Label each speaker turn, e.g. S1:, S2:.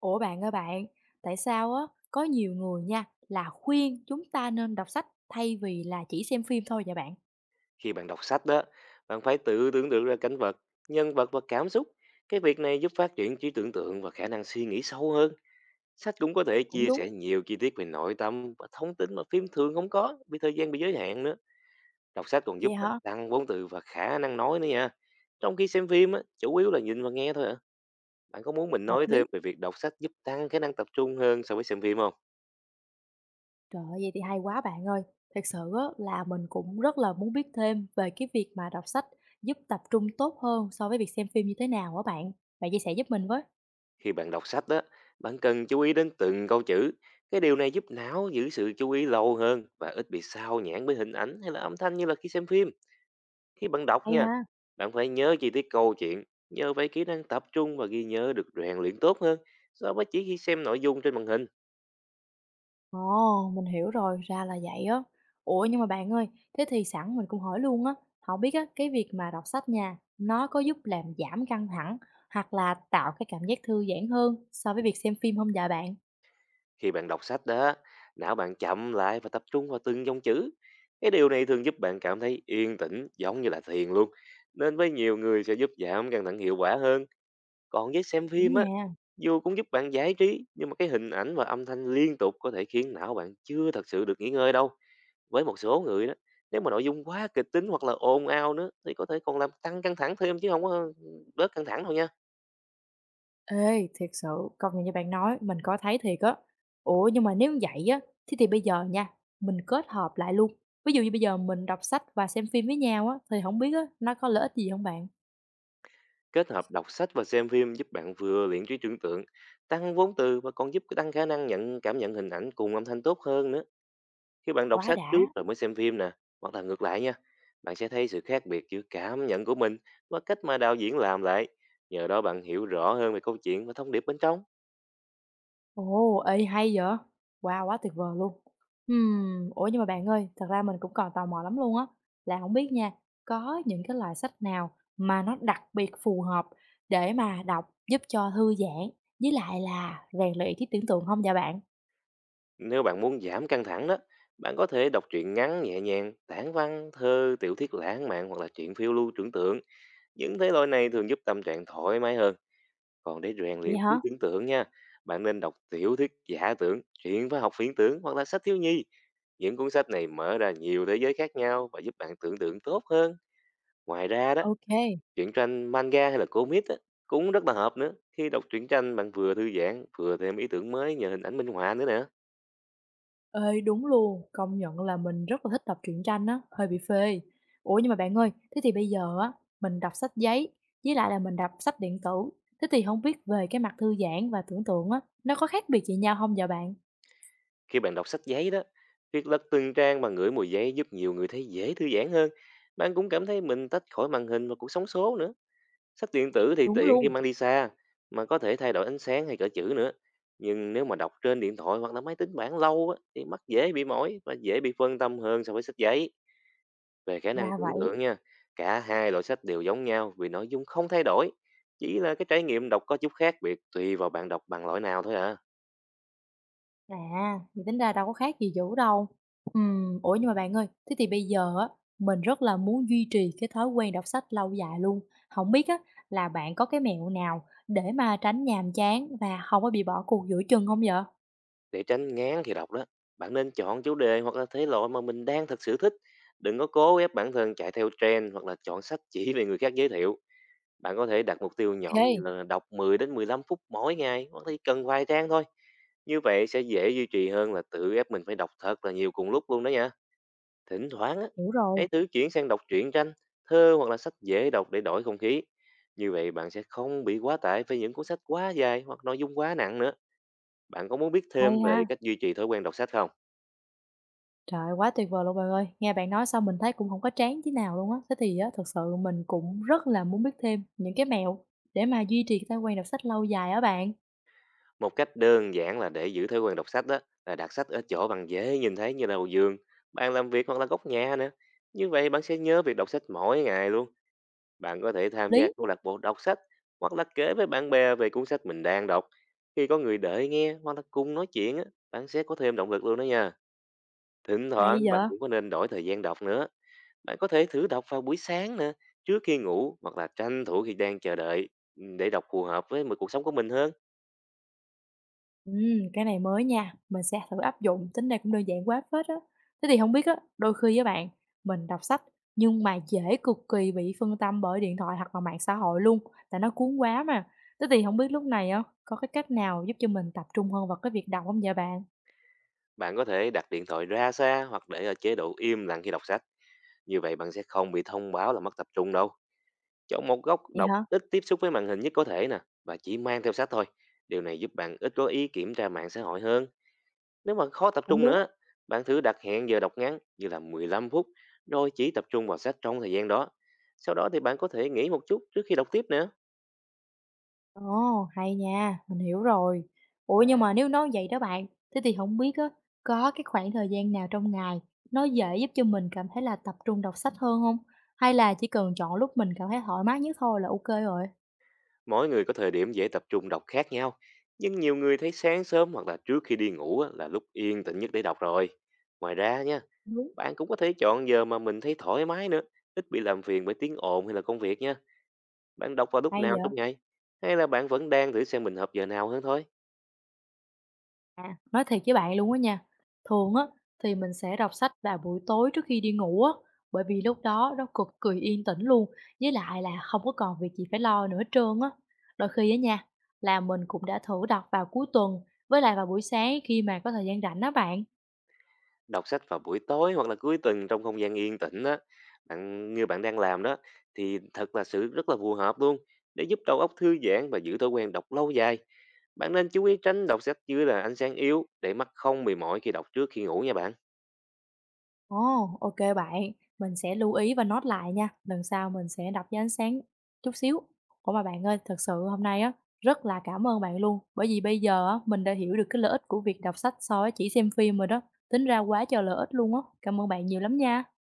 S1: Ủa bạn ơi bạn, tại sao á có nhiều người nha là khuyên chúng ta nên đọc sách thay vì là chỉ xem phim thôi vậy bạn?
S2: Khi bạn đọc sách đó, bạn phải tự tưởng tượng ra cảnh vật, nhân vật và cảm xúc. Cái việc này giúp phát triển trí tưởng tượng và khả năng suy nghĩ sâu hơn. Sách cũng có thể
S1: Cũng
S2: chia
S1: đúng,
S2: sẻ nhiều chi tiết về nội tâm và thông tin mà phim thường không có vì thời gian bị giới hạn nữa. Đọc sách còn giúp
S1: vậy
S2: bạn
S1: hả?
S2: tăng vốn từ và khả năng nói nữa nha. Trong khi xem phim á, chủ yếu là nhìn và nghe thôi ạ. Bạn có muốn mình
S1: Hợp
S2: nói
S1: lý.
S2: thêm về việc đọc sách giúp tăng khả năng tập trung hơn so với xem phim không?
S1: Trời ơi, vậy thì hay quá bạn ơi. Thật sự á là mình cũng rất là muốn biết thêm về cái việc mà đọc sách giúp tập trung tốt hơn so với việc xem phim như thế nào á bạn. Bạn chia sẻ giúp mình với.
S2: Khi bạn đọc sách đó, bạn cần chú ý đến từng câu chữ. Cái điều này giúp não giữ sự chú ý lâu hơn và ít bị sao nhãn với hình ảnh hay là âm thanh như là khi xem phim. Khi bạn đọc
S1: Hay
S2: nha,
S1: ha.
S2: bạn phải nhớ chi tiết câu chuyện, nhờ vậy kỹ năng tập trung và ghi nhớ được rèn luyện tốt hơn so với chỉ khi xem nội dung trên màn hình.
S1: Ồ, mình hiểu rồi, ra là vậy á. Ủa nhưng mà bạn ơi, thế thì sẵn mình cũng hỏi luôn á, không biết á, cái việc mà đọc sách nha, nó có giúp làm giảm căng thẳng hoặc là tạo cái cảm giác thư giãn hơn so với việc xem phim không dạ bạn?
S2: Khi bạn đọc sách đó, não bạn chậm lại và tập trung vào từng dòng chữ. Cái điều này thường giúp bạn cảm thấy yên tĩnh, giống như là thiền luôn. Nên với nhiều người sẽ giúp giảm căng thẳng hiệu quả hơn. Còn với xem phim
S1: Đúng
S2: á,
S1: nha.
S2: dù cũng giúp bạn giải trí, nhưng mà cái hình ảnh và âm thanh liên tục có thể khiến não bạn chưa thật sự được nghỉ ngơi đâu. Với một số người đó, nếu mà nội dung quá kịch tính hoặc là ồn ào nữa thì có thể còn làm tăng căng thẳng thêm chứ không có bớt căng thẳng đâu nha.
S1: Ê, thiệt sự, công nhận như bạn nói, mình có thấy thiệt á. Ủa nhưng mà nếu như vậy á, thế thì bây giờ nha, mình kết hợp lại luôn. Ví dụ như bây giờ mình đọc sách và xem phim với nhau á, thì không biết á, nó có lợi ích gì không bạn?
S2: Kết hợp đọc sách và xem phim giúp bạn vừa luyện trí tưởng tượng, tăng vốn từ và còn giúp tăng khả năng nhận cảm nhận hình ảnh cùng âm thanh tốt hơn nữa. Khi bạn đọc
S1: Quá
S2: sách
S1: đã.
S2: trước rồi mới xem phim nè, hoặc là ngược lại nha, bạn sẽ thấy sự khác biệt giữa cảm nhận của mình và cách mà đạo diễn làm lại. Nhờ đó bạn hiểu rõ hơn về câu chuyện và thông điệp bên trong.
S1: Ồ, ê hay vậy! Wow, quá tuyệt vời luôn! Ủa nhưng mà bạn ơi, thật ra mình cũng còn tò mò lắm luôn á, là không biết nha, có những cái loại sách nào mà nó đặc biệt phù hợp để mà đọc giúp cho thư giãn với lại là rèn luyện trí tưởng tượng không dạ bạn?
S2: Nếu bạn muốn giảm căng thẳng đó, bạn có thể đọc truyện ngắn nhẹ nhàng, tản văn, thơ, tiểu thuyết lãng mạn hoặc là truyện phiêu lưu tưởng tượng. Những thể loại này thường giúp tâm trạng thoải mái hơn. Còn để rèn
S1: Vậy
S2: luyện trí
S1: hả?
S2: tưởng tượng nha, bạn nên đọc tiểu thuyết giả tưởng, truyện và học phiến tưởng hoặc là sách thiếu nhi. Những cuốn sách này mở ra nhiều thế giới khác nhau và giúp bạn tưởng tượng tốt hơn. Ngoài ra đó,
S1: Ô.
S2: truyện tranh manga hay là comic á, cũng rất là hợp nữa. Khi đọc truyện tranh bạn vừa thư giãn, vừa thêm ý tưởng mới nhờ hình ảnh minh họa nữa nè.
S1: Ê, đúng luôn, công nhận là mình rất là thích đọc truyện tranh á, hơi bị phê. Ủa nhưng mà bạn ơi, thế thì bây giờ á, mình đọc sách giấy, với lại là mình đọc sách điện tử. Thế thì không biết về cái mặt thư giãn và tưởng tượng á, nó có khác biệt gì nhau không vậy bạn?
S2: Khi bạn đọc sách giấy đó, việc lật từng trang và ngửi mùi giấy giúp nhiều người thấy dễ thư giãn hơn. Bạn cũng cảm thấy mình tách khỏi màn hình và cuộc sống số nữa. Sách điện tử thì
S1: Đúng
S2: tiện khi
S1: luôn,
S2: mang đi xa, mà có thể thay đổi ánh sáng hay cỡ chữ nữa. Nhưng nếu mà đọc trên điện thoại hoặc là máy tính bảng lâu á, thì mắt dễ bị mỏi và dễ bị phân tâm hơn so với sách giấy. Về khả năng
S1: ra
S2: tưởng
S1: vậy.
S2: tượng nha, cả hai loại sách đều giống nhau vì nội dung không thay đổi. Chỉ là cái trải nghiệm đọc có chút khác biệt tùy vào bạn đọc bằng loại nào thôi à.
S1: À, thì tính ra đâu có khác gì dữ đâu. Ủa nhưng mà bạn ơi, thế thì bây giờ á, mình rất là muốn duy trì cái thói quen đọc sách lâu dài luôn. Không biết á, là bạn có cái mẹo nào để mà tránh nhàm chán và không có bị bỏ cuộc giữa chừng không vậy?
S2: Để tránh ngán khi đọc đó, bạn nên chọn chủ đề hoặc là thể loại mà mình đang thật sự thích. Đừng có cố ép bản thân chạy theo trend hoặc là chọn sách chỉ vì người khác giới thiệu. Bạn có thể đặt mục tiêu nhỏ như
S1: OK,
S2: là đọc 10 đến 15 phút mỗi ngày hoặc chỉ cần vài trang thôi. Như vậy sẽ dễ duy trì hơn là tự ép mình phải đọc thật là nhiều cùng lúc luôn đó nha. Thỉnh thoảng á,
S1: hiểu rồi,
S2: hãy thử chuyển sang đọc truyện tranh, thơ hoặc là sách dễ đọc để đổi không khí. Như vậy bạn sẽ không bị quá tải với những cuốn sách quá dài hoặc nội dung quá nặng nữa. Bạn có muốn biết thêm
S1: hay
S2: về
S1: ha.
S2: cách duy trì thói quen đọc sách không?
S1: Trời quá tuyệt vời luôn bạn ơi. Nghe bạn nói xong mình thấy cũng không có chán tí nào luôn á. Thế thì á, thật sự mình cũng rất là muốn biết thêm những cái mẹo để mà duy trì cái thói quen đọc sách lâu dài á bạn.
S2: Một cách đơn giản là để giữ thói quen đọc sách đó là đặt sách ở chỗ bạn dễ nhìn thấy như đầu giường, bàn làm việc hoặc là góc nhà nữa. Như vậy bạn sẽ nhớ việc đọc sách mỗi ngày luôn. Bạn có thể tham gia
S1: Lý,
S2: câu lạc bộ đọc sách hoặc là kể với bạn bè về cuốn sách mình đang đọc. Khi có người đợi nghe hoặc là cùng nói chuyện, á, bạn sẽ có thêm động lực luôn đó nha. Thỉnh
S1: hay
S2: thoảng bạn
S1: giờ,
S2: cũng có nên đổi thời gian đọc nữa. Bạn có thể thử đọc vào buổi sáng nè, trước khi ngủ hoặc là tranh thủ khi đang chờ đợi để đọc phù hợp với một cuộc sống của mình hơn.
S1: Cái này mới nha, mình sẽ thử áp dụng, tính đây cũng đơn giản quá phết á. Thế thì không biết á, đôi khi với bạn, mình đọc sách nhưng mà dễ cực kỳ bị phân tâm bởi điện thoại hoặc là mạng xã hội luôn, tại nó cuốn quá mà. Thế thì không biết lúc này á, có cái cách nào giúp cho mình tập trung hơn vào cái việc đọc không vậy bạn?
S2: Bạn có thể đặt điện thoại ra xa hoặc để ở chế độ im lặng khi đọc sách. Như vậy bạn sẽ không bị thông báo là mất tập trung đâu. Chọn một góc
S1: Vậy
S2: đọc
S1: hả?
S2: ít tiếp xúc với màn hình nhất có thể nè và chỉ mang theo sách thôi. Điều này giúp bạn ít có ý kiểm tra mạng xã hội hơn. Nếu mà khó tập
S1: Cũng
S2: trung
S1: đúng.
S2: nữa, bạn thử đặt hẹn giờ đọc ngắn như là 15 phút rồi chỉ tập trung vào sách trong thời gian đó. Sau đó thì bạn có thể nghỉ một chút trước khi đọc tiếp nữa.
S1: Ồ, hay nha, mình hiểu rồi. Ủa nhưng mà nếu nói vậy đó bạn, thế thì không biết á, có cái khoảng thời gian nào trong ngày nó dễ giúp cho mình cảm thấy là tập trung đọc sách hơn không? Hay là chỉ cần chọn lúc mình cảm thấy thoải mái nhất thôi là ok rồi?
S2: Mỗi người có thời điểm dễ tập trung đọc khác nhau. Nhưng nhiều người thấy sáng sớm hoặc là trước khi đi ngủ á, là lúc yên tĩnh nhất để đọc rồi. Ngoài ra nha,
S1: Đúng,
S2: bạn cũng có thể chọn giờ mà mình thấy thoải mái nữa, ít bị làm phiền bởi tiếng ồn hay là công việc nha. Bạn đọc vào lúc
S1: hay
S2: nào
S1: vậy?
S2: trong ngày? Hay là bạn vẫn đang thử xem mình hợp giờ nào hơn thôi?
S1: À, nói thiệt với bạn luôn á nha, thường á thì mình sẽ đọc sách vào buổi tối trước khi đi ngủ á, bởi vì lúc đó nó cực kỳ yên tĩnh luôn, với lại là không có còn việc gì phải lo nữa hết trơn á. Đôi khi á nha, là mình cũng đã thử đọc vào cuối tuần với lại vào buổi sáng khi mà có thời gian rảnh đó bạn.
S2: Đọc sách vào buổi tối hoặc là cuối tuần trong không gian yên tĩnh đó, bạn như bạn đang làm đó, thì thật là sự rất là phù hợp luôn để giúp đầu óc thư giãn và giữ thói quen đọc lâu dài. Bạn nên chú ý tránh đọc sách dưới là ánh sáng yếu để mắt không bị mỏi khi đọc trước khi ngủ nha bạn.
S1: Ồ, ok bạn, mình sẽ lưu ý và note lại nha, lần sau mình sẽ đọc với ánh sáng chút xíu. Ủa mà bạn ơi, thật sự hôm nay á, rất là cảm ơn bạn luôn, bởi vì bây giờ á, mình đã hiểu được cái lợi ích của việc đọc sách so với chỉ xem phim rồi đó, tính ra quá trời lợi ích luôn á. Cảm ơn bạn nhiều lắm nha.